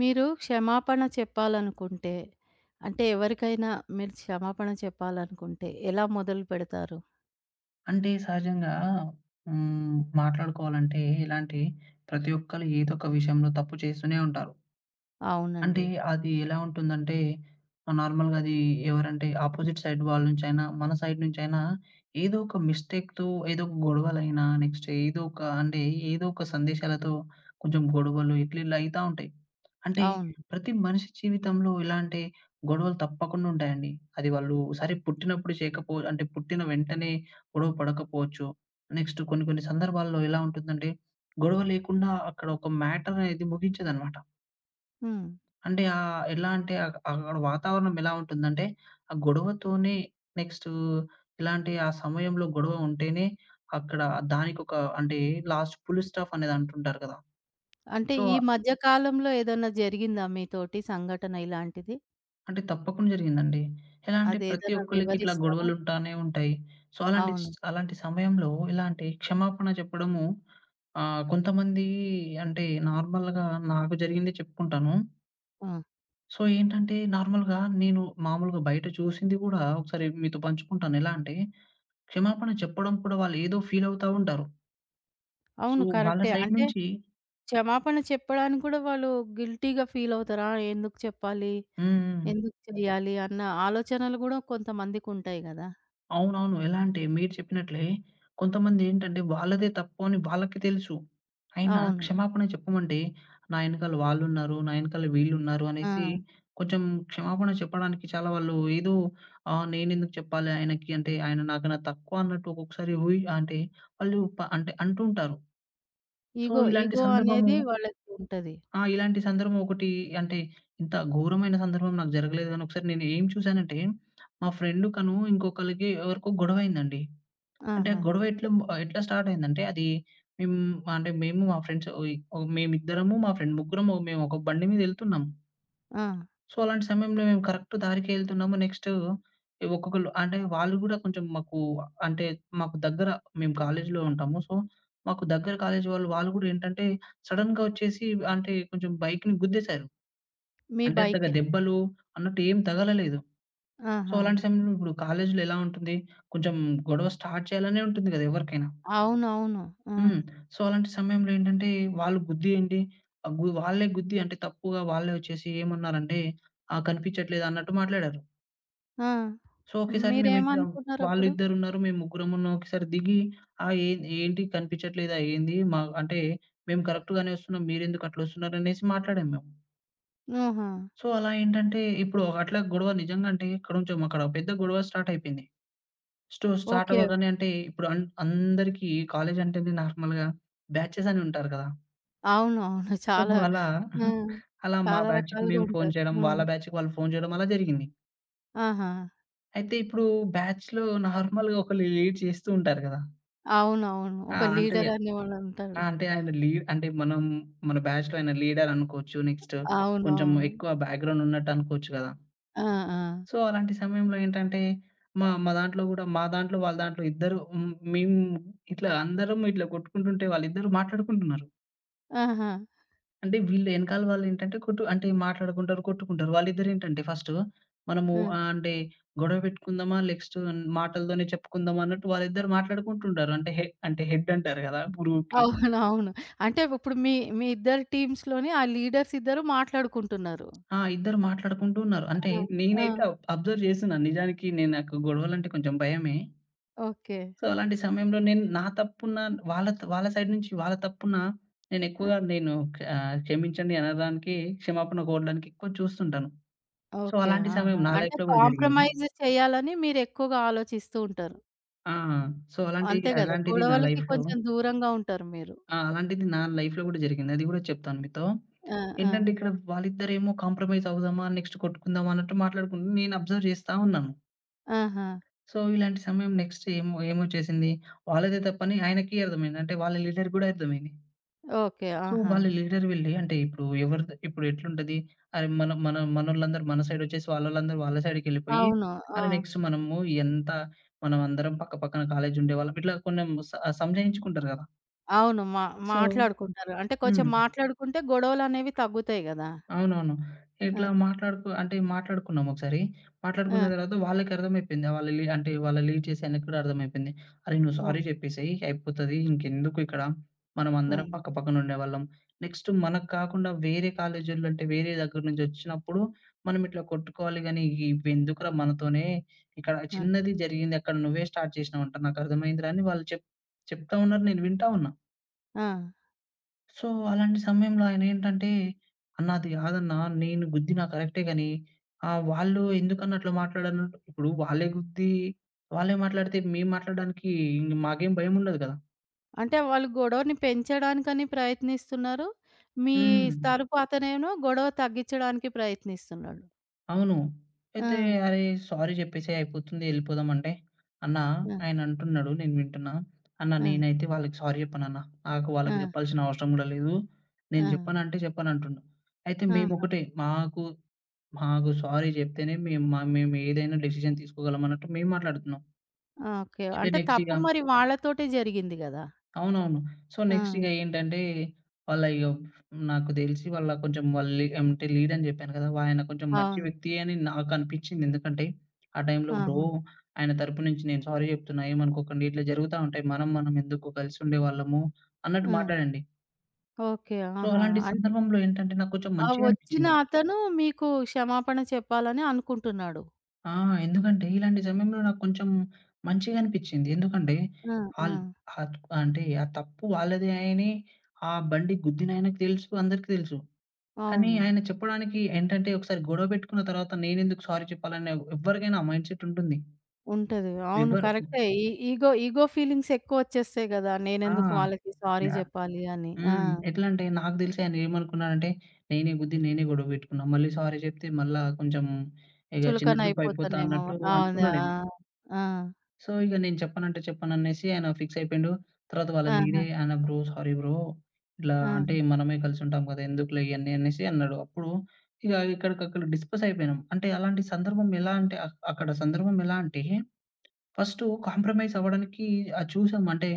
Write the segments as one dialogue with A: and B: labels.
A: మీరు క్షమాపణ చెప్పాలనుకుంటే, ఎవరికైనా మీరు క్షమాపణ చెప్పాలనుకుంటే ఎలా మొదలు పెడతారు?
B: అంటే సహజంగా హ్మ్. మాట్లాడుకోవాలంటే ఇలాంటి ప్రతి ఒక్కళ్ళు ఏదో ఒక విషయంలో తప్పు చేస్తూనే ఉంటారు. అంటే
A: అవునండి.
B: అది ఎలా ఉంటుందంటే, నార్మల్‌గా అది ఎవరంటే అపోజిట్ సైడ్ వాళ్ళ నుంచైనా, మన సైడ్ నుంచైనా ఏదో ఒక మిస్టేక్‌తో ఏదో ఒక గొడవలైనా, నెక్స్ట్ ఏదో ఒక అంటే ఏదో ఒక సందేశాలతో కొంచెం గొడవలు ఇట్లా ఇట్లా అయితా ఉంటాయి. అంటే
A: అవును.
B: ప్రతి మనిషి జీవితంలో ఎలా అంటే గొడవలు తప్పకుండా ఉంటాయండి. అది వాళ్ళు సరే పుట్టినప్పుడు చేయకపో అంటే పుట్టిన వెంటనే గొడవ పడకపోవచ్చు. నెక్స్ట్ కొన్ని కొన్ని సందర్భాల్లో ఎలా ఉంటుందంటే గొడవ లేకుండా అక్కడ ఒక మ్యాటర్ అనేది ముగించదనమాట.
A: హ్మ్.
B: అంటే ఎలా అంటే అక్కడ వాతావరణం ఎలా ఉంటుందంటే, ఆ గొడవతోనే నెక్స్టు ఇలాంటి ఆ సమయంలో గొడవ ఉంటేనే అక్కడ దానికొక అంటే లాస్ట్ పుల్ స్టాప్ అనేది అంటుంటారు కదా! సో,
A: ఈ మధ్య కాలంలో ఏదన్నా జరిగిందా మీతోటి సంఘటన ఇలాంటిది?
B: అంటే తప్పకుండా జరిగిందండి. ఎలా అంటే ప్రతి
A: అదేదైనా
B: ఒక్కళ్ళకి ఇట్లా
A: వివరిస్తారా?
B: గొడవలుంటానే ఉంటాయి. సో, అలాంటి
A: అవును.
B: అలాంటి సమయంలో ఎలా అంటే క్షమాపణ చెప్పడము. కొంతమంది అంటే నార్మల్‌గా నాకు జరిగిందే చెప్పుకుంటాను.
A: ఆ!
B: సో, ఏంటంటే నార్మల్‌గా నేను మామూలుగా బయట చూసింది గూడా ఒకసారి మీతో పంచుకుంటాను. ఎలా అంటే, క్షమాపణ చెప్పడం కూడా వాళ్ళు ఏదో ఫీల్ అవుతా ఉంటారు. సో,
A: అవును.
B: వాళ్ళ
A: కరెక్టే.
B: సైడ్
A: అంటే
B: నుంచి
A: క్షమాపణ చెప్పడానికి కూడా వాళ్ళు గిల్టీ‌గా ఫీల్ అవుతారా? ఎందుకు చెప్పాలి?
B: హ్మ్. హ్మ్.
A: ఎందుకు చేయాలి? అన్న ఆలోచనలు కూడా కొంతమందికుంటాయి కదా!
B: అవునవును. ఎలా అంటే మీరు చెప్పినట్లే కొంతమంది ఏంటంటే వాళ్ళదే తప్పు అని వాళ్ళకి తెలుసు. అయినా
A: అవును.
B: క్షమాపణ చెప్పమంటే నా ఎనకాల వాళ్ళున్నారు, నా ఎనకాల వీళ్ళున్నారు
A: ఆ!
B: అనేసి కొంచెం క్షమాపణ చెప్పడానికి చాలా వాళ్ళు ఏదో నేనెందుకు చెప్పాలి ఆయనకి అంటే ఆయన నాకన్నా తక్కువ అన్నట్టు ఒక్కొక్కసారి అంటే వాళ్ళు అంటే అంటుంటారు. సో,
A: ఈగో,
B: ఇలాంటి
A: ఈగో
B: సందర్భము
A: అనేది వాళ్ళకి ఉంటది.
B: ఆ! ఇలాంటి సందర్భం ఒకటి అంటే, ఇంత ఘోరమైన సందర్భం నాకు జరగలేదు గానీ, ఒకసారి నేను ఏం చూసానంటే, మా ఫ్రెండ్ ఇంకొకళ్ళకి ఎవరికో గొడవయిందండి. అంటే, ఆ
A: ఆహా!
B: గొడవ ఎట్లా ఎట్లా స్టార్ట్ అయిందంటే, అది మేము అంటే, మేము మా ఫ్రెండ్స్ ఓయ్ ఓ మేమిద్దరము, మా ఫ్రెండ్ ముగ్గురం, మేము ఒక బండి మీదెళ్తున్నాం.
A: ఆ!
B: సో, అలాంటి సమయంలో మేము కరెక్ట్ దారికే ఎళ్తున్నాము. నెక్స్టు ఒక్కొక్కళ్ళు అంటే వాళ్ళు గూడా కొంచెం మాకు అంటే మాకు దగ్గర మేము కాలేజీలో ఉంటాము. సో, మాకు దగ్గర కాలేజీ వాళ్ళు, వాళ్ళు గూడా ఏంటంటే సడెన్‌గా వచ్చేసి అంటే కొంచెం బైక్‌ని గుద్దేశారు.
A: మీ
B: అంటే అంతగా
A: బైక్‌ని.
B: దెబ్బలు అన్నట్టు ఏం తగలలేదు. సో,
A: ఆహా!
B: అలాంటి సమయంలో ఇప్పుడు కాలేజీలో ఎలా ఉంటుంది కొంచెం గొడవ స్టార్ట్ చేయాలనే ఉంటుంది గదా! ఎవరికైనా.
A: అవునవును. ఆ!
B: హ్మ్. సో, అలాంటి సమయంలో ఏంటంటే వాళ్ళు గుద్దేయండి ఆహ్, గు వాళ్ళే గుద్ది అంటే తప్పుగా వాళ్ళే వచ్చేసి ఏమన్నారంటే, "ఆ! కనిపించట్లేదు" అన్నట్టు మాట్లాడారు.
A: ఆ!
B: సో, ఒకేసారి మేమిద్దరం వాళ్ళు
A: మీరేమనుకున్నారప్పుడు?
B: ఇద్దరున్నారు. మేము ముగ్గురమున్న ఒకేసారి దిగి, ఆహ్, ఏ ఏంటి కనిపించట్లేదా ఏంది? మా అంటే మేము కరెక్ట్‌గానే వస్తున్నాం. మీరెందుకు అట్లొస్తున్నారనేసి మాట్లాడాం మేము.
A: ఆహా!
B: సో, అలా ఏంటంటే ఇప్పుడు ఒక అట్లా గొడవ నిజంగా అంటే కొంచెం అక్కడ పెద్ద గొడవ స్టార్ట్ అయిపోయింది. Start
A: okay.
B: అవ్వగానే అంటే ఇప్పుడు అందరికీ కాలేజ్ అంటేనే నార్మల్‌గా బ్యాచెస్ అని ఉంటారు కదా!
A: అవునవును.
B: సో,
A: చాలా
B: అలా
A: ఆ!
B: అలా మా
A: చాలా
B: బ్యాచ్‌కి
A: రకాలుగా
B: మేము ఫోను
A: ఉంటారు.
B: చేయడం,
A: హ్మ్.
B: వాళ్ళ బ్యాచ్‌కి వాళ్ళు ఫోను చేయడం అలా జరిగింది.
A: ఆహా!
B: అయితే ఇప్పుడు బ్యాచ్‌లో నార్మల్‌గా ఒకళ్ళు లీడ్ చేస్తూ ఉంటారు కదా!
A: అవునవును.
B: ఆ!
A: ఒక
B: అంటే
A: లీడర్ అనేవాడు ఉంటాడు.
B: ఆ! అంటే ఆయన లీడ్ అంటే మనం మన బ్యాచ్‌లో ఆయన లీడర్ అనుకోవచ్చు. నెక్స్ట్ కొంచెం
A: అవునవును.
B: ఎక్కువ బ్యాక్‌గ్రౌండ్ ఉన్నట్టు అనుకోవచ్చు కదా!
A: ఆ! ఆ!
B: సో, అలాంటి సమయంలో ఏంటంటే మా మా దాంట్లో కూడా మా దాంట్లో, వాళ్ళ దాంట్లో ఇద్దరు మేము ఇట్లా అందరం ఇట్లా కొట్టుకుంటుంటే వాళ్ళిద్దరూ మాట్లాడుకుంటున్నారు.
A: ఆహా!
B: అంటే వీళ్ళు ఎనకాల వాళ్ళేంటంటే అంటే మాట్లాడుకుంటారు, కొట్టుకుంటారు. వాళ్ళిద్దరేంటంటే ఫస్టు మనము
A: ఆ!
B: అంటే గొడవ పెట్టుకుందామా, నెక్స్ట్ మాటలతోనే చెప్పుకుందామా అన్నట్టు వాళ్ళిద్దరు మాట్లాడుకుంటుంటారు. అంటే అంటే హెడ్ అంటారు కదా! గ్రూప్‌కి.
A: అవునవును. అంటే ఇప్పుడు మీ, మీ ఇద్దరి టీమ్స్‌లోని ఆ లీడర్స్ ఇద్దరు మాట్లాడుకుంటున్నారు.
B: ఆ! ఇద్దరు మాట్లాడుకుంటూ ఉన్నారు. అంటే
A: ఆ! ఆ!
B: నేనైతే అబ్జర్వ్ చేస్తున్నా. నిజానికి నేను నాకు గొడవలంటే కొంచెం భయమే.
A: ఓకే.
B: సో, అలాంటి సమయంలో నేను నా తప్పున్నా వాళ్ళ సైడ్ నుంచి వాళ్ళ తప్పున్నా నేను
A: ఆ!
B: ఎక్కువగా నేను క్షమించండి అనడానికి, క్షమాపణ కోరడానికి ఎక్కువ చూస్తుంటాను. So,
A: okay.
B: అలాంటి
A: ఆహా!
B: సమయం నా
A: అంటే
B: లైఫ్‌లో గూడా జరిగింది.
A: కాంప్రమైజ్ చేయాలని మీరెక్కువగా ఆలోచిస్తూ ఉంటారు.
B: ఆ! సో, అలాంటి
A: అంతే గదా!
B: అలాంటిది నా
A: గొడవలకి
B: లైఫ్‌లో
A: కొంచెం దూరంగా ఉంటారు మీరు.
B: ఆ! అలాంటిది నా లైఫ్‌లో గూడా జరిగింది. అది గూడా చెప్తాను మీతో.
A: ఆ! ఆ!
B: ఏంటంటే ఇక్కడ వాళ్ళిద్దరేమో కాంప్రమైజ్ అవుదామా, నెక్స్ట్ కొట్టుకుందామా అన్నట్టు మాట్లాడుకుంటూ నేను అబ్జర్వ్ చేస్తా ఉన్నాను.
A: ఆహా!
B: సో, ఇలాంటి సమయం నెక్స్ట్ ఏమో ఏమొచ్చేసింది. వాళ్ళదే తప్పని ఆయనకి అర్థమైంది. అంటే వాళ్ళ లీడర్ గూడా అర్థమైంది.
A: ఓకే.
B: సో,
A: ఆహా!
B: వాళ్ళ లీడర్ వెళ్లి అంటే ఇప్పుడు ఎవరిది ఇప్పుడు ఎట్లుంటది. అరే! మనం మన మనోళ్ళందరూ మన సైడొచ్చేసి వాళ్ళోళ్ళందరూ వాళ్ళ సైడ్‌కెళ్ళిపోయి,
A: అవును. ఆ!
B: అరే! నెక్స్ట్ మనము ఎంత మనమందరం పక్క పక్కన కాలేజుండేవాళ్ళం. ఇట్లా కొంచెం సంజాయించుకుంటారు గదా!
A: అవును.
B: సో,
A: మాట్లాడుకుంటారు. అంటే కొంచెం
B: హ్మ్.
A: మాట్లాడుకుంటే గొడవలనేవి తగ్గుతాయి గదా!
B: అవునవును.
A: ఆ!
B: ఇట్లా అంటే మాట్లాడుకున్నాం ఒకసారి. మాట్లాడుకున్న
A: ఆ!
B: తర్వాత వాళ్ళకి అర్థమైపోయింది. వాళ్ళు అంటే వాళ్ళు లీవ్ చేసే ఆయనకి కూడా అర్థమైపోయింది. "అరే! నువ్వు
A: ఆ!
B: సారీ చెప్పేసేయి అయిపోతది. ఇంకెందుకు ఇక్కడ మనం
A: ఆ!
B: అందరం పక్కపక్కన ఉండేవాళ్ళం. నెక్స్ట్ మనకు కాకుండా వేరే కాలేజోళ్ళు అంటే వేరే దగ్గర నుంచి వచ్చినప్పుడు మనం ఇట్లా కొట్టుకోవాలి గానీ ఇవెందుకురా మనతోనే ఇక్కడ
A: ఆ!
B: చిన్నది జరిగింది అక్కడ నువ్వే స్టార్ట్ చేసినావంట. నాకు అర్థమైందిరా" అని వాళ్ళు చెప్తా ఉన్నారు. నేను వింటా ఉన్నా.
A: ఆ!
B: సో, అలాంటి సమయంలో ఆయనేంటంటే, "అన్నా అది కాదన్నా, నేను గుద్దినా కరెక్టే గానీ, వాళ్ళు ఎందుకన్నా అట్లా మాట్లాడనంటు ఇప్పుడు వాళ్ళే గుద్ది, వాళ్ళే మాట్లాడితే మేము మాట్లాడడానికి ఇంగ మాకేం భయముండదు కదా!"
A: అంటే వాళ్ళు గొడవని పెంచడానికని ప్రయత్నిస్తున్నారు. మీ
B: హ్మ్.
A: తరపు అతనేమో గొడవ తగ్గిచ్చడానికి ప్రయత్నిస్తున్నాడు.
B: అవును.
A: ఆ!
B: అయితే, "అరే! సారీ చెప్పేసేయి అయిపోతుంది యెళ్ళిపోదామంటే," అన్నా
A: ఆ!
B: ఆయనంటున్నాడు నేను వింటున్నా, "అన్నా
A: ఆ!
B: నేనైతే వాళ్ళకి సారీ చెప్పనన్నా. నాకు వాళ్ళకి
A: ఆ!
B: జెప్పాల్సిన అవసరం గూడా లేదు.
A: ఆ!
B: నేను జెప్పనంటే చెప్పనంటుండు." అయితే
A: ఆ!
B: మేమొకటే మాకు మాకు సారీ జెప్తేనే మేము మేమేదైనా డెసిషన్ తీసుకోగలమన్నట్టు మేము మాట్లాడుతున్నాం.
A: ఓకే.
B: అయితే
A: అంటే
B: నెక్స్ట్ ఇగ
A: తప్పు మరి వాళ్ళతోటే జరిగింది గదా!
B: అవునవును. సో,
A: ఆ!
B: నెక్స్ట్ ఇగ ఏంటంటే వాళ్ళ ఇగ నాకు దెలిసి వాళ్ళ కొంచెం వాళ్ళు అంటే లీడ్ అని జెప్పాను గదా! ఆయన కొంచెం మంచి
A: అవును.
B: వ్యక్తియే అని నాకనిపించింది. ఎందుకంటే ఆ టైంలో బ్రో
A: ఆహా!
B: ఆయన తరపు నుంచి నేను సారీ జెప్తున్నా ఏమనుకోకండి. ఇట్లా జరుగుతా ఉంటాయి. మనం మనం ఎందుకు కలిసుండేవాళ్ళము అన్నట్టు
A: ఆ!
B: మాట్లాడండి.
A: ఓకే.
B: సో,
A: ఆహా!
B: అలాంటి
A: అంటే
B: సందర్భంలో ఏంటంటే నాకు కొంచెం
A: ఆ
B: మంచిగా
A: వచ్చిన
B: అనిపించింది.
A: అతను మీకు క్షమాపణ చెప్పాలని అనుకుంటున్నాడు.
B: ఆ! ఎందుకంటే ఇలాంటి సమయంలో నాకు కొంచెం మంచిగా అనిపిచ్చింది. ఎందుకంటే
A: ఆ! ఆ!
B: ఆల్ ఆహ్, అంటే ఆ తప్పు వాళ్ళదే అని ఆ బండి గుద్దినాయనకి తెలుసు, అందరికి తెలుసు. కానీ
A: అవును.
B: ఆయన చెప్పడానికి ఏంటంటే ఒకసారి గొడవ పెట్టుకున్న తర్వాత నేనెందుకు సారీ చెప్పాలనే ఎవ్వరికైనా ఆ మైండ్ సెట్ ఉంటుంది.
A: ఉంటది. అవును.
B: ఎవ్వరు
A: కరెక్టే. ఈ ఇగో, ఇగో ఫీలింగ్స్ ఎక్కువ వచ్చేస్తాయి గదా!
B: ఆ!
A: నేనెందుకు వాళ్ళకి సారీ
B: న్యా
A: జెప్పాలి అని. ఆ!
B: హ్మ్. ఎట్లా అంటే నాకు తెలిసి ఆయన ఏమనుకున్నాడంటే నేనే గుద్ది నేనే గొడవ పెట్టుకున్నా. మళ్ళీ సారీ చెప్తే మళ్ళా కొంచెం ఇగ చిన్న
A: చులకన
B: చూపు అయిపోతా
A: అయిపోతానేమో.
B: అన్నట్టు
A: అవును. ఆ!
B: అనుకున్నాడేమో.
A: ఆ!
B: సో, ఇగ నేను చెప్పనంటే చెప్పననేసి ఆయన ఫిక్స్ అయిపోయిండు. తర్వాత వాళ్ళ
A: ఆహా!
B: లీడే ఆయన "బ్రో సారీ బ్రో. ఇట్లా
A: ఆ!
B: అంటే మనమే కలిసుంటాం గదా! ఎందుకులే ఇయన్నీ" అనేసి అన్నాడు. అప్పుడు ఇగ ఎక్కడికక్కడ డిస్కస్ అయిపోయినాం. అంటే అలాంటి సందర్భం ఎలా అంటే అక్కడ సందర్భం ఎలా అంటే ఫస్టు కాంప్రమైజ్ అవ్వడానికి చూసాం. అంటే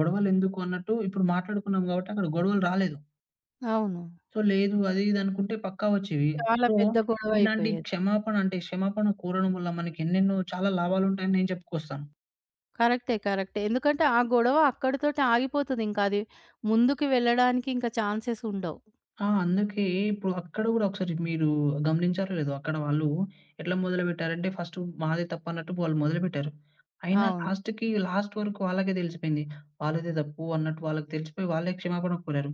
B: గొడవలెందుకు అన్నట్టు ఇప్పుడు మాట్లాడుకున్నాం గాబట్టి అక్కడ గొడవలు రాలేదు.
A: అవును.
B: సో, లేదు అది ఇది అనుకుంటే పక్కా వచ్చేవి.
A: చాలా
B: సో,
A: పెద్ద గొడవ
B: ఇలాంటి
A: అయిపోయేది.
B: క్షమాపణ అంటే క్షమాపణ కోరడం వల్ల మనకెన్నెన్నో చాలా లాభాలుంటాయని నేను చెప్పుకొస్తాను.
A: కరెక్టే. కరెక్టే. ఎందుకంటే ఆ గొడవ అక్కడితోటి ఆగిపోతది. ఇంకా అది ముందుకు వెళ్ళడానికి ఇంకా ఛాన్సెస్ ఉండవు.
B: ఆ! అందుకే ఇప్పుడు అక్కడ గూడా ఒకసారి మీరు గమనించారో లేదో అక్కడ వాళ్ళు ఎట్లా మొదలుపెట్టారంటే ఫస్టు మాదే తప్పన్నట్టు వాళ్ళు మొదలుపెట్టారు. అయినా
A: అవును.
B: లాస్ట్‌కి లాస్ట్ వరకు వాళ్ళకే తెలిసిపోయింది. వాళ్ళదే తప్పు అన్నట్టు వాళ్ళకి తెలిసిపోయి వాళ్ళే క్షమాపణ కోరారు.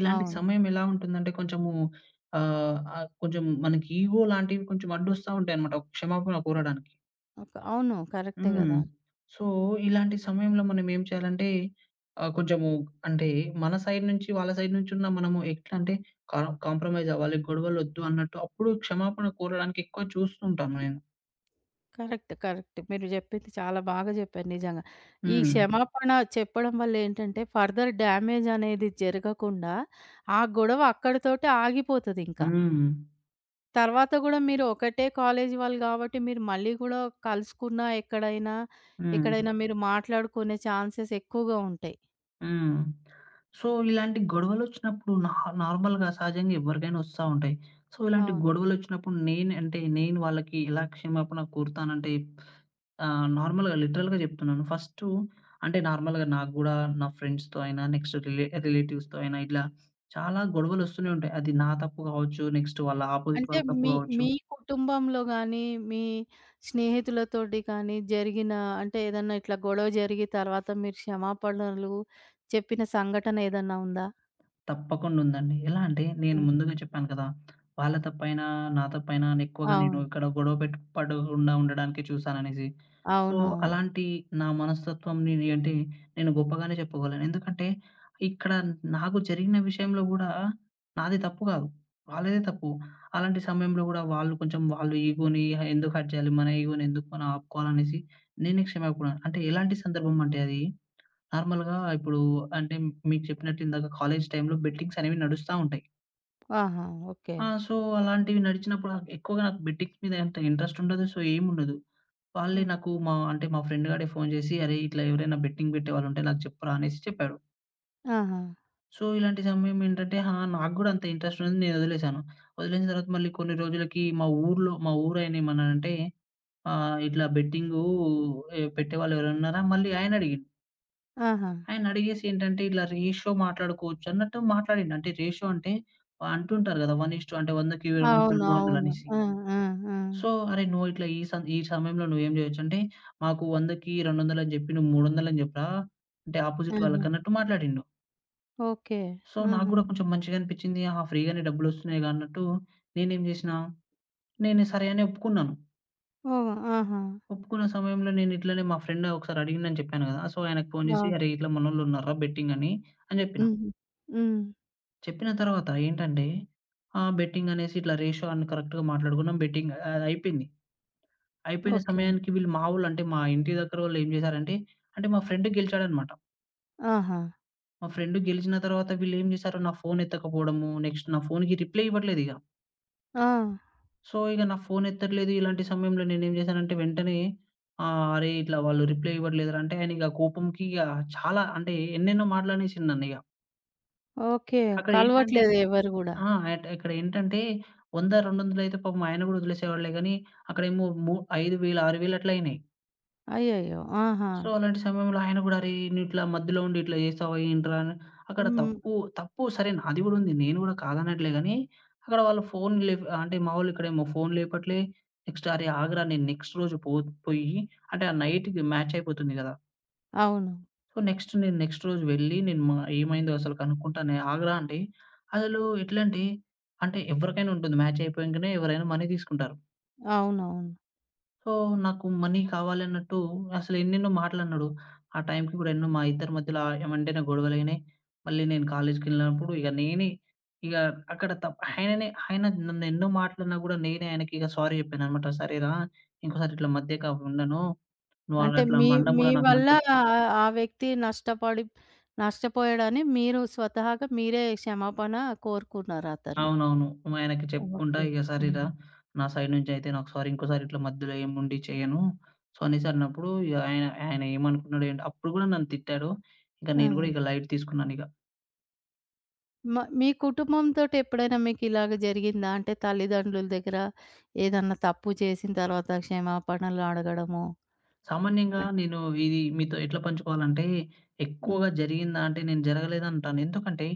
B: ఇలాంటి
A: అవును.
B: సమయం ఎలా ఉంటుందంటే కొంచెము ఆహ్, ఆహ్, కొంచెం మనకి ఈగో లాంటివి కొంచెం అడ్డొస్తా ఉంటాయన్నమాట. క్షమాపణ కోరడానికి.
A: అవును. కరెక్టే
B: హ్మ్.
A: గదా!
B: సో, ఇలాంటి సమయంలో మనం ఏం చేయాలంటే కొంచెము అంటే మన సైడ్ నుంచి, వాళ్ళ సైడ్ నుంచి ఉన్న మనము ఎట్లా అంటే కా కాంప్రమైజ్ అవ్వాలి, గొడవలొద్దు అన్నట్టు అప్పుడు క్షమాపణ కోరడానికి ఎక్కువ చూస్తుంటాను నేను.
A: కరెక్ట్. కరెక్ట్. మీరు జెప్పింది చాలా బాగా జెప్పారు నిజంగా. ఈ
B: హ్మ్.
A: క్షమాపణ చెప్పడం వల్ల ఏంటంటే ఫర్దర్ డ్యామేజ్ అనేది జరగకుండా ఆ గొడవ అక్కడితోటే ఆగిపోతదింకా.
B: హ్మ్.
A: తర్వాత గూడా మీరు ఒకటే కాలేజీ వాళ్ళు గాబట్టి మీరు మళ్ళీ గూడా కలుసుకున్నా ఎక్కడైనా,
B: హ్మ్.
A: ఎక్కడైనా మీరు మాట్లాడుకునే ఛాన్సెస్ ఎక్కువగా ఉంటాయి.
B: హ్మ్. సో, ఇలాంటి గొడవలొచ్చినప్పుడు నా నార్మల్‌గా సహజంగా ఎవరికైనా వస్తా ఉంటాయి. సో, ఇలాంటి
A: అవును.
B: గొడవలొచ్చినప్పుడు నేను అంటే నేను వాళ్ళకి ఎలా క్షమాపణ కోరుతానంటే ఆ! నార్మల్‌గా లిటరల్‌గా జెప్తున్నాను. ఫస్టు అంటే నార్మల్‌గా నాకు గూడా నా ఫ్రెండ్స్‌తో అయినా, నెక్స్ట్ రిలేటివ్స్‌తో అయినా ఇట్లా చాలా గొడవలొస్తూనే ఉంటాయి. అది నా తప్పు గావచ్చు, నెక్స్ట్ వాళ్ళ ఆపోజిట్
A: అంటే
B: వాళ్ళ తప్పు
A: మీ
B: గావచ్చు.
A: మీ కుటుంబంలో గానీ, మీ స్నేహితులతోటి కానీ జరిగిన ఏదన్నా ఇట్లా గొడవ జరిగి తర్వాత మీరు క్షమాపణలు చెప్పిన సంఘటన ఏదన్నా ఉందా?
B: తప్పకుండా ఉందండి. ఎలా అంటే నేను
A: హ్మ్.
B: ముందుగా చెప్పాను కదా! వాళ్ళ తప్పైనా, నా తప్పైనా అని ఎక్కువగా నేను
A: అవును.
B: ఇక్కడ గొడవ పడకుండా ఉండడానికే చూసాననేసి. సో,
A: అవునవును.
B: అలాంటి నా అంటే నేను గొప్పగానే చెప్పుకోగలను. ఎందుకంటే ఇక్కడ నాకు జరిగిన విషయంలో గూడా నాది తప్పు గాదు. వాళ్ళదే తప్పు. అలాంటి సమయంలో గూడా వాళ్ళు కొంచెం వాళ్ళు ఈగోని ఎందుకు హర్ట్ జేయాలి? మన ఈగోని ఎందుకు మనం ఆపుకోవాలనేసి నేనే క్షమాపణ అంటే ఎలాంటి సందర్భం అంటే అది నార్మల్‌గా ఇప్పుడు అంటే మీకు చెప్పినట్టు ఇందాక కాలేజ్ టైమ్‌లో బెట్టింగ్స్ అనేవి నడుస్తా ఉంటాయి.
A: ఆహా! ఓకే.
B: ఆ! సో, అలాంటివి నడిచినప్పుడు నాకు ఎక్కువగా నాకు బెట్టింగ్స్ మీద అంత ఇంట్రెస్ట్ ఉండదు. సో, ఏముండదు. వాళ్ళే
A: హ్మ్.
B: నాకు అంటే మా ఫ్రెండ్ గాడే ఫోను జేసి, "అరేయ్! ఇట్లా ఎవరైనా బెట్టింగ్ పెట్టేవాళ్ళుంటే నాకు చెప్పురా" అనేసి చెప్పాడు.
A: ఆహా!
B: సో, ఇలాంటి సమయం ఏంటంటే ఆ! నాకు గూడా అంత ఇంట్రెస్ట్ ఉండదు. నేను వదిలేసాను. వదిలేసిన తర్వాత మళ్ళీ కొన్ని రోజులకి మా ఊర్లో మా ఊరాయన ఏమన్నాడంటే, ఇట్లా బెట్టింగు పెట్టేవాళ్ళు ఎవరైనా ఉన్నారా?" మళ్ళీ ఆయన అడిగిండు.
A: ఆహా!
B: ఆయన అడిగేసి ఏంటంటే, "ఇట్లా రేషియో మాట్లాడుకోవచ్చు" అన్నట్టు మాట్లాడిండు. అంటే రేషియో అంటే అంటుంటారు గదా! 1:1 అంటే 100కి 200,
A: అవును.
B: 300
A: అవును.
B: అనేసి.
A: ఆ! ఆ! ఆ!
B: సో, "అరే! నువ్వు ఇట్లా ఈ సమయంలో నువ్వేం జేయొచ్చు" అంటే, "మాకు 100కి 200 అని జెప్పి, నువ్వు 300 అని జెప్పరా?" అంటే ఆపోజిట్
A: ఆహా!
B: వాళ్ళకన్నట్టు మాట్లాడిండు.
A: ఓకే.
B: సో, నాకు
A: ఆహా!
B: గూడా కొంచెం మంచిగా అనిపిచ్చింది. ఆహా! ఫ్రీగానే డబ్బులొస్తున్నాయిగా అన్నట్టు నేనేం జేసినా, నేను సరే అని ఒప్పుకున్నాను.
A: ఓహ్! ఆహా!
B: ఒప్పుకున్న సమయంలో నేను ఇట్లనే మా ఫ్రెండ్ ఒకసారి అడిగిండని చెప్పాను గదా! సో, ఆయనకు ఫోను జేసి,
A: అవును.
B: "అరే! ఇట్లా మనోళ్ళు ఉన్నారురా బెట్టింగ్" అని, అని జెప్పిన.
A: హుహు. హ్మ్.
B: చెప్పిన తర్వాత ఏంటంటే, ఆ! బెట్టింగ్ అనేసి ఇట్లా రేషియో అని కరెక్ట్‌గా మాట్లాడుకున్నాం. బెట్టింగ్ అది అయిపోయింది. అయిపోయిన
A: ఓకే.
B: సమయానికి వీళ్ళు మా వోళ్ళు అంటే మా ఇంటి దగ్గర వాళ్ళు ఏం చేశారంటే, అంటే మా ఫ్రెండ్ గెలిచాడన్నమాట.
A: ఆహా!
B: మా ఫ్రెండ్ గెలిచిన తర్వాత వీళ్ళేం చేశారు నా ఫోన్ ఎత్తకపోవడము, నెక్స్ట్ నా ఫోన్‌కి రిప్లై ఇవ్వట్లేదిగ.
A: ఆ!
B: సో, ఇగ నా ఫోన్ ఎత్తట్లేదు. ఇలాంటి సమయంలో నేనేం చేశానంటే వెంటనే "అరే! ఇట్లా వాళ్ళు రిప్లై ఇవ్వట్లేదురా" అంటే ఆయనిగ కోపంకి ఇగ చాలా అంటే ఎన్నెన్నో మాటలనేసిండు నన్నిగ.
A: ఓకే.
B: అక్కడ ఏంటంటే
A: కలవట్లేదు ఎవరు గూడా.
B: ఆ! అక్కడ ఏంటంటే 100, 200 అయితే పాపం ఆయన కూడా వదిలేసేవాడులే గానీ, అక్కడేమో 5,000, 6,000 అట్లా అయినాయి.
A: అయ్యయ్యో! ఆహా!
B: సో, అలాంటి సమయంలో ఆయన గూడా "అరేయ్! నువ్విట్లా మధ్యలో ఉండి ఇట్లా జేస్తావా ఏంట్రా" అని అక్కడ
A: హ్మ్.
B: తప్పు తప్పు సరే నాది గూడా ఉంది. నేను గూడా కాదనట్లే గానీ, అక్కడ వాళ్ళు ఫోన్ అంటే మా వోళ్ళిక్కడేమో ఫోన్ లేపట్లే. నెక్స్ట్ "అరే! ఆగరా నేను నెక్స్ట్ రోజు పొయ్యి" అంటే ఆ నైట్‌కి మ్యాచ్ అయిపోతుంది గదా!
A: అవును.
B: సో, నెక్స్ట్ నేను నెక్స్ట్ రోజు వెళ్ళి నేను మా ఏమైందో అసలు కనుక్కుంటానే ఆగరా అంటే, అసలు ఎట్లంటే అంటే అంటే ఎవరికైనా ఉంటుంది మ్యాచ్ అయిపోయంకనే ఎవరైనా మనీ తీసుకుంటారు.
A: అవునవును.
B: సో, నాకు మనీ కావాలన్నట్టు అసలు ఎన్నెన్నో మాటలన్నాడు. ఆ టైంకి కూడా ఎన్నో మా ఇద్దరి మధ్యలో ఏమంటేనే గొడవలయినాయి. మళ్ళీ నేను కాలేజికెళ్ళినప్పుడు ఇక నేనే ఇక అక్కడ ఆయననే ఆయన నన్ను ఎన్నో మాటలన్నా కూడా నేనే ఆయనకి ఇక సారీ చెప్పాననమాట. "సరేరా! ఇంకోసారి ఇట్లా మధ్యక ఉండను. నువ్వు అలా
A: అంటే
B: అట్లా
A: మీ
B: అనడం
A: మీ
B: కూడా నాకు
A: వల్ల
B: నచ్చలేదు."
A: ఆహ్, ఆ వ్యక్తి నష్టపడి నష్టపోయాడని మీరు స్వతహాగా మీరే క్షమాపణ కోరుకున్నారు అతన్ని.
B: అవునవును. మా ఆయనకి చెప్పుకుంటా
A: ఓకే.
B: ఇగ "సార్ ఇలా
A: హ్మ్.
B: నా సైడ్ నుంచయితే నాకు సారీ. ఇంకోసారి ఇట్లా మధ్యలో ఏముండి చేయను" సో, అనేసి అన్నప్పుడు ఇగ ఆయన ఆయన ఏమనుకున్నాడో ఏంటో అప్పుడు గూడా నన్ను తిట్టాడు. ఇంక నేను
A: ఆహా!
B: గూడా ఇక లైట్ తీసుకున్నానిక.
A: మీ కుటుంబంతోటి ఎప్పుడైనా మీకిలాగ జరిగిందా? అంటే తల్లిదండ్రుల దగ్గర ఏదన్నా తప్పు చేసిన తర్వాత క్షమాపణలు అడగడము.
B: సామాన్యంగా నేను ఇది మీతో ఎట్లా పంచుకోవాలంటే,
A: హ్మ్.
B: ఎక్కువగా జరిగిందా అంటే నేను జరగలేదంటాను. ఎందుకంటే,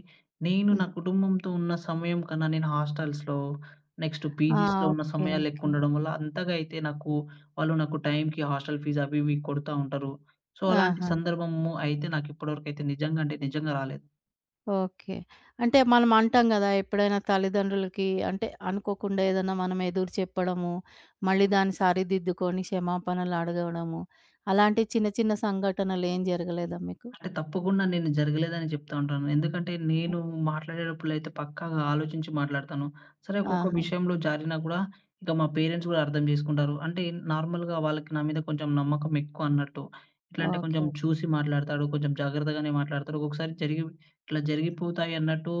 B: నేను
A: హ్మ్.
B: నా కుటుంబంతో ఉన్న సమయం కన్నా నేను హాస్టల్స్‌లో, నెక్స్ట్
A: ఆ!
B: పీజీస్‌లో ఉన్న
A: ఓకే.
B: సమయాలు
A: ఓకే.
B: ఎక్కువుండడం వల్ల అంతగా అయితే నాకు వాళ్ళు నాకు టైంకి హాస్టల్ ఫీజ్ అవి ఇవి కొడతా ఉంటారు. సో, అలాంటి
A: ఆహా!
B: సందర్భము అయితే నాకు ఇప్పటివరకైతే నిజంగా అంటే నిజంగా రాలేదు.
A: ఓకే. అంటే మనం అంటాం గదా! ఎప్పుడైనా తల్లిదండ్రులకి అంటే అనుకోకుండా ఏదన్నా మనం ఎదురు చెప్పడము, మళ్ళీ దాన్ని సరిదిద్దుకొని క్షమాపణలు అడగడము, అలాంటి చిన్న చిన్న సంఘటనలు ఏం జరగలేదా మీకు?
B: అంటే తప్పకుండా నేను జరగలేదని చెప్తా ఉంటాను. ఎందుకంటే నేను మాట్లాడేటప్పుడైతే పక్కాగా ఆలోచించి మాట్లాడతాను. సరే ఒక్కొక్క
A: ఆహా!
B: విషయంలో జారినా కూడా ఇక మా పేరెంట్స్ కూడా అర్థం చేసుకుంటారు. అంటే నార్మల్‌గా వాళ్ళకి నా మీద కొంచెం నమ్మకం ఎక్కువ అన్నట్టు. ఎట్లా అంటే కొంచెం
A: ఓకే.
B: చూసి మాట్లాడతాడు. కొంచెం జాగ్రత్తగానే మాట్లాడతాడు. ఒక్కొక్కసారి జరిగి ఇట్లా జరిగిపోతాయి అన్నట్టు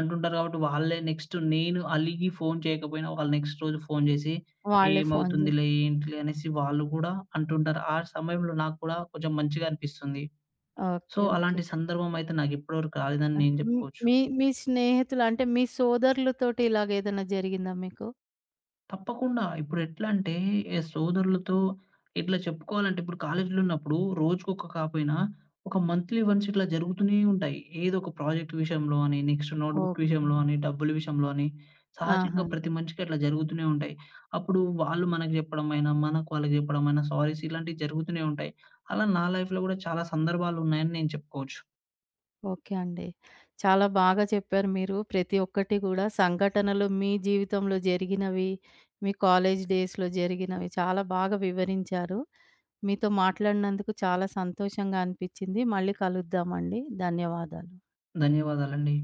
B: అంటుంటారు కాబట్టి వాళ్ళే నెక్స్ట్ నేను అలిగి ఫోను చేయకపోయినా వాళ్ళు నెక్స్ట్ రోజు ఫోను చేసి
A: వాళ్ళే ఫోను జేసి
B: ఏమవుతుందిలే, ఏంటిలే అనేసి వాళ్ళు కూడా అంటుంటారు. ఆ సమయంలో నాకు కూడా కొంచెం మంచిగా అనిపిస్తుంది. So,
A: okay. ఓకే.
B: అలాంటి సందర్భం అయితే నాకు ఇప్పటివరకు రాలేదని
A: ఆహ్,
B: నేను
A: హ్మ్.
B: జెప్పుకోవచ్చు.
A: మీ మీ స్నేహితులు అంటే మీ సోదరులతోటి ఇలాగేదన్నా జరిగిందా మీకు?
B: తప్పకుండా ఇప్పుడు ఎట్లంటే ఏ సోదరులతో ఇట్లా చెప్పుకోవాలంటే ఇప్పుడు కాలేజీలో ఉన్నప్పుడు రోజుకొక కాపోయినా ఒక మంత్లీ వన్స్ ఇట్లా జరుగుతూనే ఉంటాయి. ఏదో ఒక ప్రాజెక్ట్ విషయంలో అని, నెక్స్ట్ నోట్‌బుక్
A: ఓకే.
B: విషయంలో అని, డబ్బుల విషయంలో అని
A: ఆహా!
B: సహజంగా ప్రతి మనిషికి అట్లా జరుగుతూనే ఉంటాయి. అప్పుడు వాళ్ళు మనకు జెప్పడం అయినా, మనకు వాళ్ళకి జెప్పడం అయినా సారీస్ ఇలాంటివి జరుగుతూనే ఉంటాయి. అలా నా లైఫ్‌లో గూడా చాలా సందర్భాలున్నాయని నేను చెప్పుకోవచ్చు.
A: ఓకే అండి. చాలా బాగా చెప్పారు మీరు. ప్రతి ఒక్కటి గూడా సంఘటనలు మీ జీవితంలో జరిగినవి, మీ కాలేజ్ డేస్‌లో జరిగినవి చాలా బాగా వివరించారు. మీతో మాట్లాడినందుకు చాలా సంతోషంగా అనిపిచ్చింది. మళ్ళీ కలుద్దామండి. ధన్యవాదాలు.
B: ధన్యవాదాలండి.